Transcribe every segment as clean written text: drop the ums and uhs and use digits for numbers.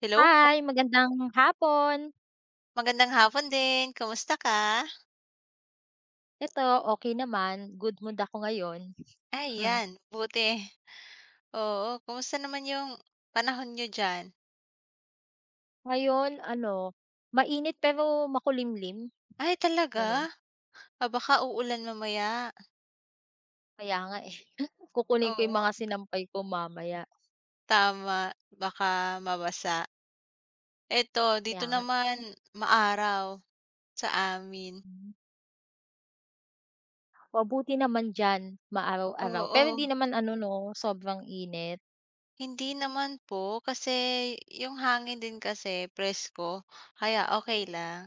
Hello po, Hi, magandang hapon. magandang hapon din. Kumusta ka? Eto, okay naman, good mood ako ngayon. Ay 'yan, buti. Oo, kumusta naman yung panahon niyo diyan? Ngayon ano, mainit pero makulimlim, Ay talaga? gano'n. Ah, baka uulan mamaya. Kaya nga, eh, kukunin ko Oo, 'yung mga sinampay ko mamaya, tama, baka mabasa. Eto kaya dito nga. naman maaraw sa amin. Hmm. Mabuti naman diyan, maaraw-araw. Pero Oo, hindi naman ano 'no, sobrang init. hindi naman po kasi yung hangin din kasi presko kaya okay lang.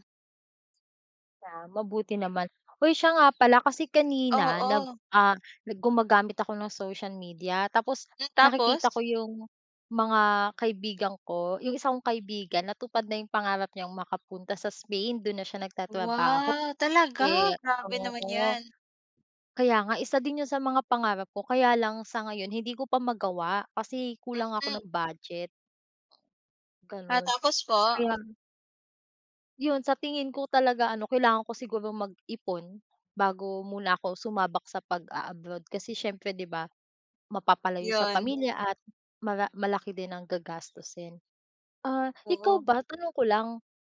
Ah, mabuti naman. Uy, siya nga pala, kasi kanina nag Oo, ah, nag gumagamit ako ng social media, tapos hmm, nakikita ko tapos? yung mga kaibigan ko, yung isa kong kaibigan natupad na yung pangarap niyang makapunta sa Spain, dun na siya nagtatrabaho. Wow, talaga? Eh, Grabe naman oo, 'yan. kaya nga isa din yun sa mga pangarap ko, kaya lang sa ngayon hindi ko pa magawa kasi kulang ako Mm. ng budget, Ah, ganun. tapos po? Kaya, yun, sa tingin ko talaga ano, kailangan ko sigurong mag-ipon bago muna ako sumabak sa pag-a-abroad, kasi siyempre 'di ba, mapapalayo sa Yun, pamilya at malaki din ang gagastusin. Ah, ikaw oo. ba, tanong ko lang,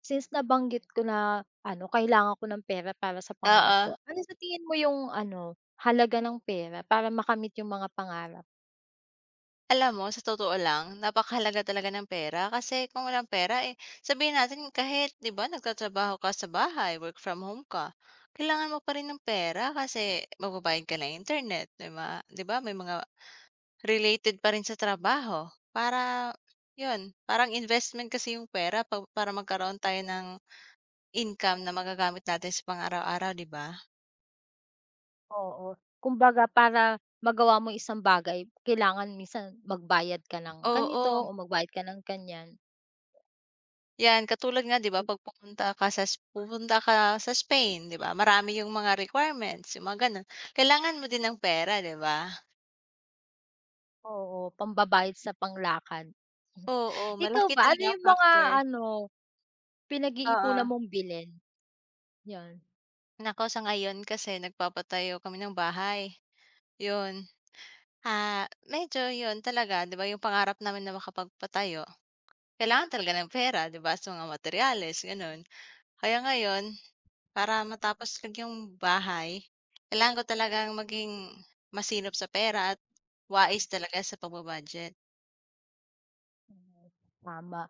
since nabanggit ko na ano, kailangan ko ng pera para sa pangarap Oo. ko, ano sa tingin mo yung ano, halaga ng pera para makamit yung mga pangarap? Alam mo sa totoo lang napakahalaga talaga ng pera kasi kung walang pera, sabihin natin kahit 'di ba nagtatrabaho ka sa bahay, work from home ka, kailangan mo pa rin ng pera kasi magbabayad ka ng internet, 'di ba? 'Di ba may mga related pa rin sa trabaho para yun, parang investment kasi yung pera pa para magkaroon tayo ng income na magagamit natin sa pang-araw-araw, 'di ba? Oo, kumbaga para magawa mo isang bagay kailangan minsan magbayad ka ng ganito Oo. o magbayad ka ng ganyan. 'Yan, katulad nga 'di ba 'pag pupunta ka sa pupunta ka sa Spain 'di ba, marami yung mga requirements, yung mga gano'n. Kailangan mo din ng pera 'di ba? Oo, pambabayad sa panglakad. Oo, Ikaw malaki ba, ano talaga ang yung mga factor. ano, Oo. pinag-iipunan mong bilhin? 'Yon, Naku, sa ngayon kasi nagpapatayo kami ng bahay, 'yun. Ah, medyo 'yun talaga 'di ba yung pangarap namin na makapagpatayo, kailangan talaga ng pera 'di ba, sa mga materyales gano'n. Kaya ngayon para matapos lang yung bahay, kailangan ko talagang maging masinop sa pera at wais talaga sa pagba-budget. tama.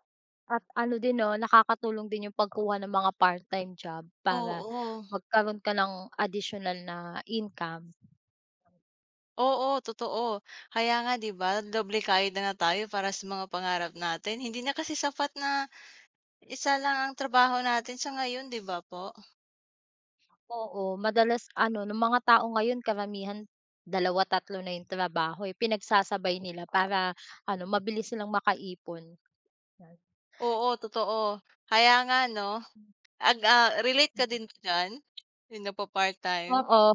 At ano din 'no, nakakatulong din yung pagkuha ng mga part-time job para Oo, magkaroon ka ng additional na income. oo, totoo. Kaya nga 'di ba, doble kayod na nga tayo para sa mga pangarap natin. Hindi na kasi sapat na isa lang ang trabaho natin sa ngayon, 'di ba po? Oo, madalas ano, ng mga tao ngayon karamihan dalawa tatlo na yung trabaho, eh, pinagsasabay nila para ano, mabilis silang makaipon. 'Yan. Oo, totoo. Kaya nga 'no, relate ka din ba diyan? Yung nagpa-part-time? Oo.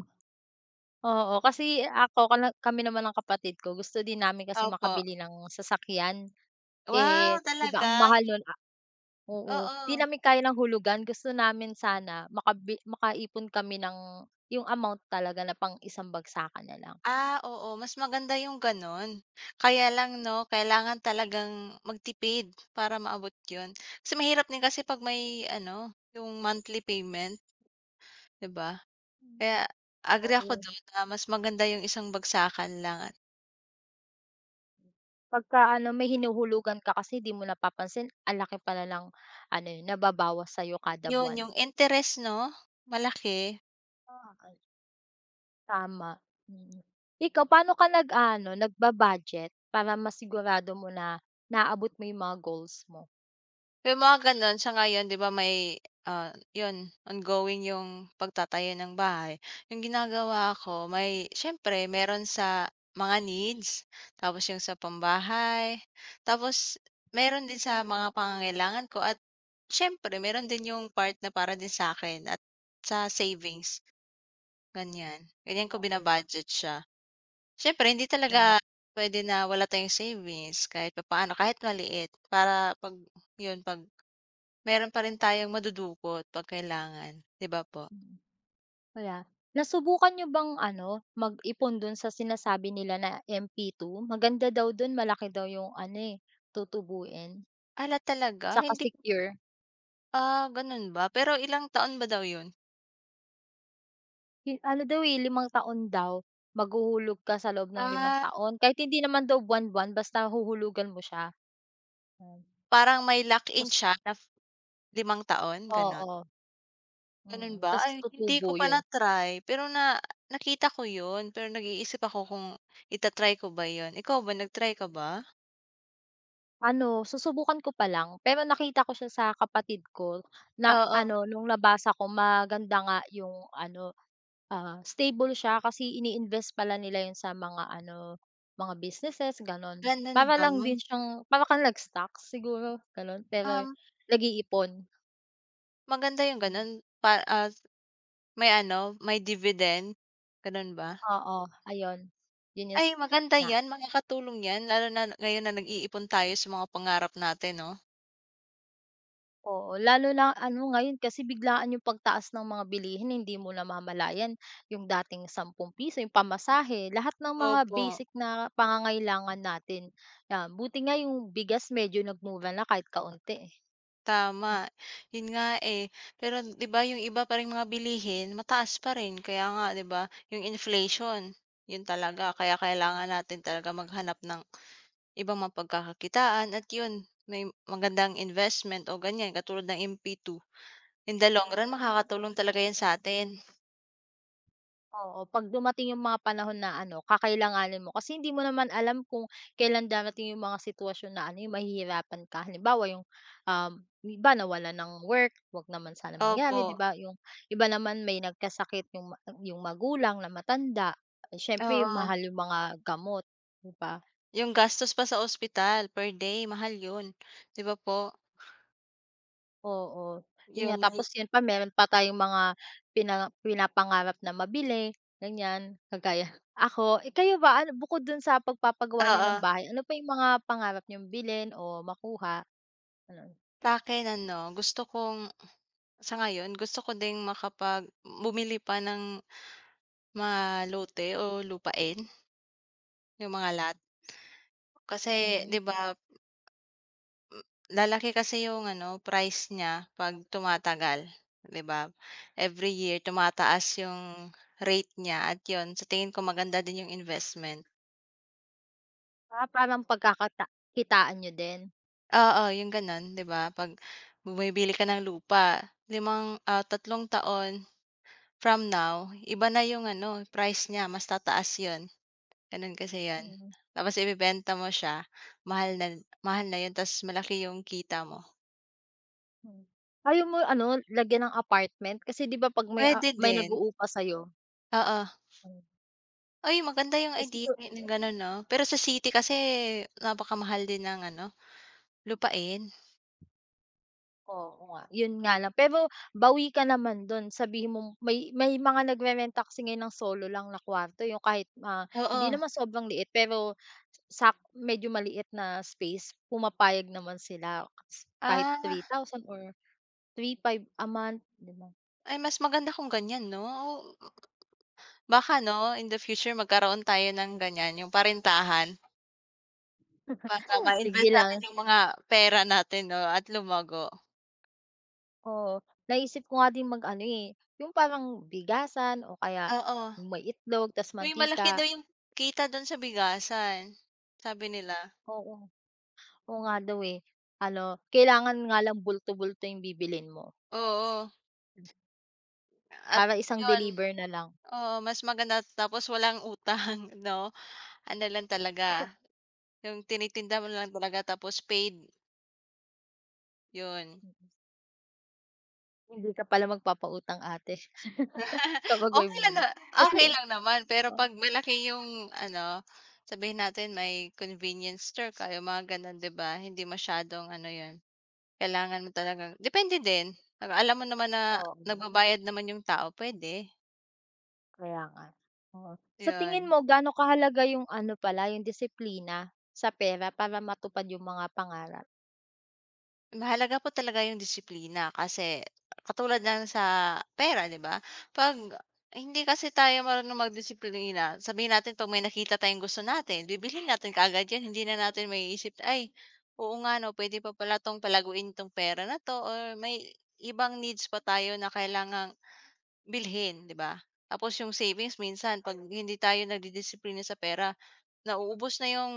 Oo, kasi ako kana kami naman ng kapatid ko, gusto din namin kasi Opo. makabili ng sasakyan. Wow, Eh, 'di ba talaga? ang mahal nun a, oo, 'di Oo. namin kaya ng hulugan, gusto namin sana makaipon kami ng yung amount talaga na pang isang bagsakan na lang. Ah, oo mas maganda yung gano'n. Kaya lang 'no, kailangan talagang magtipid para maabot yun. Kasi mahirap din kasi 'pag may ano, yung monthly payment, 'di ba? Hmm. Kaya agree ako Oo, dun na mas maganda yung isang bagsakan lang at pagka ano may hinuhulugan ka kasi 'di mo napapansin ang laki pala ng ano, eh, nababawas sa'yo kada yun buwan. yung interest 'no, malaki. Ah. Tama, mm. Ikaw, paano ka nag-aano, nagba-budget para masigurado mo na naaabot mo yung mga goals mo? Yung mga gano'n sa ngayon 'di ba may, ah, 'yun ongoing yung pagtatayo ng bahay. Yung ginagawa ko may siyempre meron sa mga needs, tapos yung sa pambahay, tapos meron din sa mga pangangailangan ko at siyempre meron din yung part na para din sa akin at sa savings, ganiyan. Ganiyan ko Oo. binabudget budget siya. Siyempre hindi Wow, talaga pwede na wala tayong savings kahit pa papaano, kahit maliit para 'pag 'yun 'pag meron pa rin tayong madudukot 'pag kailangan, 'di ba po? mm. Kaya, nasubukan niyo bang ano, mag-ipon dun sa sinasabi nila na MP2? Maganda daw dun, malaki daw yung ano, eh, tutubuin. Hala talaga? Tsaka Hindi secure. ah, gano'n ba? Pero ilang taon ba daw 'yun? Yu ano daw, eh, 5 taon daw, maghuhulog ka sa loob ng limang Ah, taon. Kahit hindi naman daw buwan-buwan, basta huhulugan mo siya. Hmm. parang may lock-in Ta's siya na limang taon, gano'n? oo, Gano'n mm, ba? ta's Ay, hindi tutubo ko pa yun. na-try pero na nakita ko 'yun, pero nag-iisip ako kung ita-try ko ba 'yun. Ikaw ba, nag-try ka ba? Ano, susubukan ko pa lang, pero nakita ko siya sa kapatid ko na Oo, ano, nung nabasa ko maganda nga yung ano, ah, stable siya kasi ini-invest pala nila yun sa mga ano, mga businesses gano'n. gano'n Para ba? lang din siyang para kang nag-stocks siguro gano'n, pero Um, nag-iipon. maganda 'yung gano'n pa ah, may ano, may dividend, gano'n ba? Oo, ayun. Yun is Ay maganda nga. 'yan, makakatulong 'yan lalo na ngayon na nag-iipon tayo sa mga pangarap natin 'no? Oo, lalo na ano ngayon kasi biglaan yung pagtaas ng mga bilihin, hindi mo namamalayan yung dating ₱10, yung pamasahe, lahat ng mga Opo, basic na pangangailangan natin. Yan, buti nga yung bigas medyo nagmura na kahit kaunti eh. tama. Hmm. 'Yun nga, pero 'di ba yung iba pa ring mga bilihin mataas pa rin kaya nga 'di ba yung inflation, 'yun talaga kaya kailangan natin talaga maghanap ng ibang mapagkakakitaan at 'yun may magandang investment o ganyan, katulad ng MP2. In the long run makakatulong talaga 'yan sa'tin. Oo, 'pag dumating yung mga panahon na ano, kakailanganin mo, kasi hindi mo naman alam kung kailan darating yung mga sitwasyon na ano, yung mahihirapan ka. Halimbawa yung, um, yung iba nawalan ng work, 'wag naman sana Opo, mangyari, 'di ba? Yung iba naman may nagkasakit yung yung magulang na matanda, eh, siyempre oo. mahal yung mga gamot, 'di ba? Yung gastos pa sa ospital per day mahal yun, 'di ba po? Oo, yun nga, Yun mahi tapos yun pa meron pa tayong mga pinapangarap na mabili, ganyan. Kagaya ako, eh, kayo ba ano, bukod dun sa pagpapagawa niyo oo, ng bahay, ano pa yung mga pangarap niyong bilhin o makuha, ano. sa'kin ano gusto kong sa ngayon gusto ko ding bumili pa ng mga lote o lupain, yung mga lot. Kasi Hmm, 'di ba lalaki kasi yung ano price niya 'pag tumatagal, 'di ba? Every year tumataas yung rate niya at yun sa tingin ko maganda din yung investment. ah, parang pagkakata nyo niyo din? Oo, yung gano'n, 'di ba? 'Pag bumibili ka ng lupa, tatlong taon from now, iba na yung ano, price niya, mas tataas yon, gano'n kasi yon. Mm, Tapos ibebenta mo siya, mahal na mahal na yon, ta's malaki yung kita mo. hmm. Ayaw mo ano, lagyan ng apartment kasi 'di ba 'pag may, ah, Puwede may din, nag-uupa sa'yo? oo. Hmm, Ay maganda yung kasi idea ng gano'n 'no? Pero sa city kasi napakamahal din ng ano, lupain. oo nga, yun nga lang. Pero bawi ka naman dun, sabihin mo may mga nagrerenta kasi ngayon ng solo lang na kwarto, yung kahit, ah, Oo. hindi naman sobrang liit pero medyo maliit na space, pumapayag naman sila kahit three Ah, thousand or 3,500 a month, di ba? ay mas maganda kung ganyan 'no? Baka 'no, in the future magkaroon tayo ng ganyan, yung parintahan para Sige ma-invest natin lang, yung mga pera natin 'no at lumago. oo. Naisip ko nga din mag-ano, eh, yung parang bigasan o kaya Oo. may itlog tas Uy, malaki mantika, daw yung kita don sa bigasan, sabi nila. oo. Oo nga daw, eh. Ano, kailangan nga lang bulto-bulto yung bibilin mo. Oo, at Para isang yun, deliver na lang. oo, mas maganda tapos walang utang 'no. Ano lang talaga, yung tinitinda mo lang talaga tapos paid, yun. Hindi ka pala magpapautang, ate. Kapag may Okay lang na bulong. okay Kasi lang naman, pero oh, 'pag malaki yung ano, sabihin natin may convenience store ka, yung mga gano'n, 'di ba? Hindi masyadong ano 'yun, kailangan mo talagang depende din, 'pag alam mo naman na oo, nagbabayad naman yung tao pwede kaya nga. Oo. Sa tingin 'yun. mo gaano kahalaga yung ano pala, yung disiplina sa pera para matupad yung mga pangarap? Mahalaga po talaga yung disiplina kasi katulad ng sa pera, 'di ba? 'Pag hindi kasi tayo marunong magdisiplina, sabihin natin 'pag may nakita tayong gusto natin, bibilhin natin kaagad 'yan, hindi na natin maiisip, "Ay, oo nga 'no, puwede pa pala 'tong palaguin 'tong pera na 'to or may ibang needs pa tayo na kailangang bilhin," 'di ba? Tapos yung savings minsan 'pag hindi tayo nagdidisiplina sa pera, nauubos na yung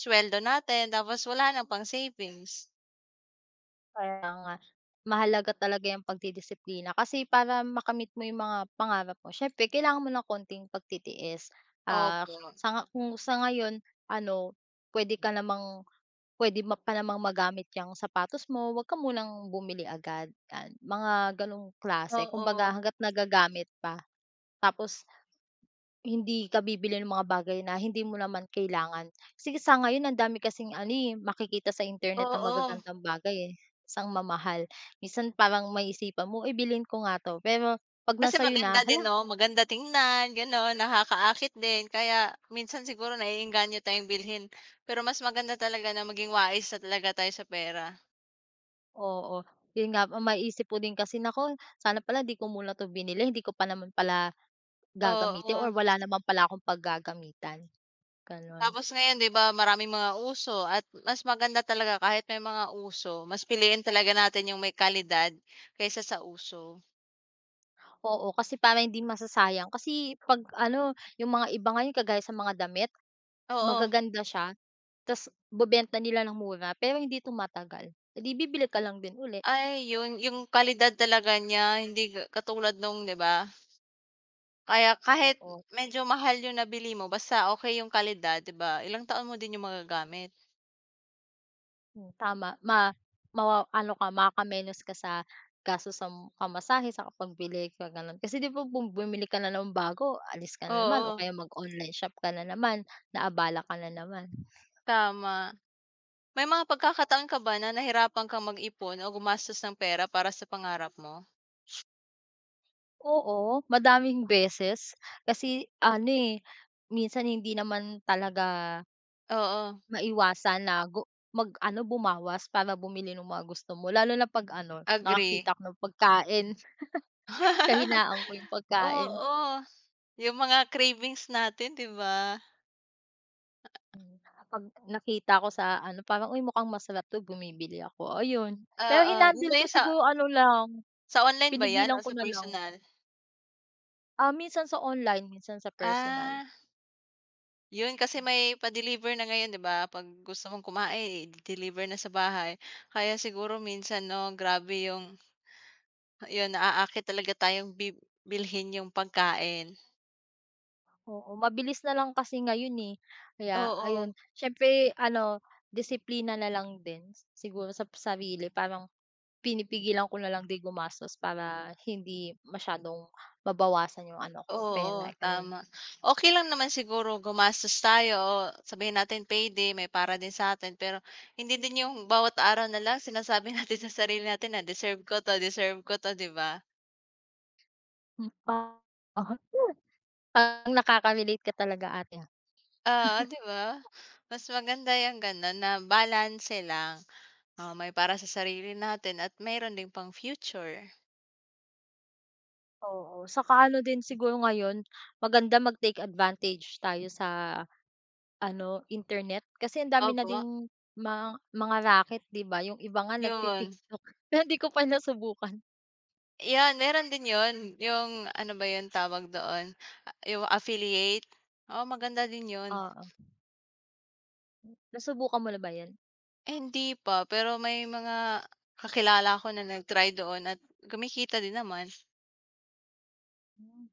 suweldo natin tapos wala ng pang-savings. Kaya nga mahalaga talaga yung pagdidisiplina, kasi para makamit mo yung mga pangarap mo syempre kailangan mo ng konting pagtitiis. Ah, Opo. sa nga kung sa ngayon ano, puwede ka namang, puwede ma pa namang magamit yang sapatos mo, huwag ka munang bumili agad, yan. Mga gano'ng klase, kumbaga Oo, hangga't nagagamit pa. Tapos hindi ka bibili ng mga bagay na hindi mo naman kailangan. Kasi sa ngayon ang dami kasing ano, eh, makikita sa internet na oo. magagandang bagay, eh, ta's ang mamahal. Minsan parang maisipan mo, "Uy, bilhin ko nga 'to," pero 'pag na Kasi sa'yo maganda na, din "Hala." 'no, maganda tingnan gano'n, nakakaakit din kaya minsan siguro naeengganyo tayong bilhin. Pero mas maganda talaga na maging wais na talaga tayo sa pera. Oo, yun nga, maisip ko din kasi naku, sana pala di ko muna 'to binili, hindi ko pa naman pala gagamitin or Oo, wala naman pala akong paggagamitan, gano'n. tapos ngayon 'di ba maraming mga uso at mas maganda talaga kahit may mga uso, mas piliin talaga natin yung may kalidad kaysa sa uso. Oo, kasi para hindi masasayang, kasi 'pag ano, yung mga iba ngayon kagaya sa mga damit, Oo, magaganda siya ta's ibebenta nila ng mura pero hindi tumatagal, eh, di bibili ka lang din uli, ay yun yung kalidad talaga niya hindi katulad nung 'di ba? Kaya kahit oo. medyo mahal yung nabili mo basta okey yung kalidad, 'di ba, ilang taon mo din yung magagamit. Hmm, tama, ma mawa ano ka makakamenos ka sa gastos sa pamasahe, sa pagbili sa gano'n. Kasi 'di ba kung bumili ka na ng bago, alis ka na naman o Oo, kaya mag-online shop ka na naman, naabala ka na naman. tama. May mga pagkakataon ka ba na nahirapan kang mag-ipon o gumastos ng pera para sa pangarap mo? Oo, madaming beses kasi ano, eh, minsan hindi naman talaga Oo, maiwasan na mag-ano bumawas para bumili ng mga gusto mo, lalo na 'pag ano agree. nakakita ako ng pagkain. Kahinaan ko yung pagkain. Oo, yung mga cravings natin, 'di ba? Hmm, 'pag nakita ko sa ano parang, "Uy, mukhang masarap 'to," bumibili ako, ayun. Pero Oo, yun ba hinandle ko yung siguro ano lang, sa online ba yan o pinigilan ko sa na lang, personal? ah, minsan sa online, minsan sa personal. Ah. Yun, kasi may pa-deliver na ngayon, 'di ba? 'Pag gusto mong kumain, i deliver na sa bahay. Kaya siguro minsan 'no, grabe yung yun, naaakit talaga tayong bilhin yung pagkain. Oo, mabilis na lang kasi ngayon, eh, kaya ayun. Oo, Siyempre ano, disiplina na lang din siguro sa sarili, parang pinipigilan ko na lang din gumastos para hindi masyadong mabawasan yung ano ko, oo, pera, gano'n. tama. Okay lang naman siguro gumastos tayo o sabihin natin payday, may para din sa'tin. Pero hindi din yung bawat araw na lang sinasabi natin sa sarili natin na, deserve ko 'to," 'di ba? Hmm, oo. Parang nakaka-relate ka talaga, ate. Oo, 'di ba? Mas maganda yung gano'n na balance lang. Oo, may para sa sarili natin at mayroon ding pang future. Oo, saka ano din siguro ngayon, maganda mag-take advantage tayo sa ano, internet. Kasi ang dami na Opo, ding mga racket, 'di ba, yung iba nga yun. nagti-TikTok, pero hindi ko pa nasubukan. Yan, meron din yun, yung ano ba yun tawag doon, a yung affiliate, oo maganda din yun. Oo, nasubukan mo na ba 'yan? Eh, hindi pa, pero may mga kakilala ko na nag-try doon at kumikita din naman. Hmm,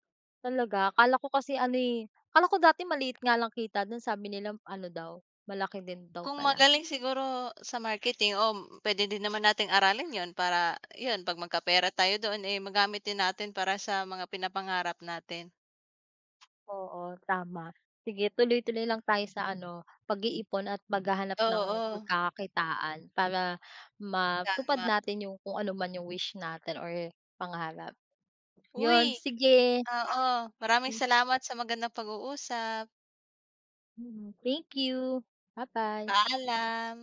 talaga? Akala ko kasi ano, eh, akala ko dati maliit nga lang kita dun, sabi nila ano daw, malaki din daw Kung pala. magaling siguro sa marketing, o oh, pwede din naman nating aralin yun para yun, 'pag magkapera tayo doon, magamit din natin para sa mga pinapangarap natin. Oo, tama. Sige, tuloy-tuloy lang tayo sa ano, pag-iipon at maghahanap ng Oo, pagkakakitaan para ta matupad natin yung kung ano man yung wish natin or pangarap. uy Yun, sige. oo, maraming salamat sa magandang pag-uusap. Mm, thank you. Bye-bye. Paalam.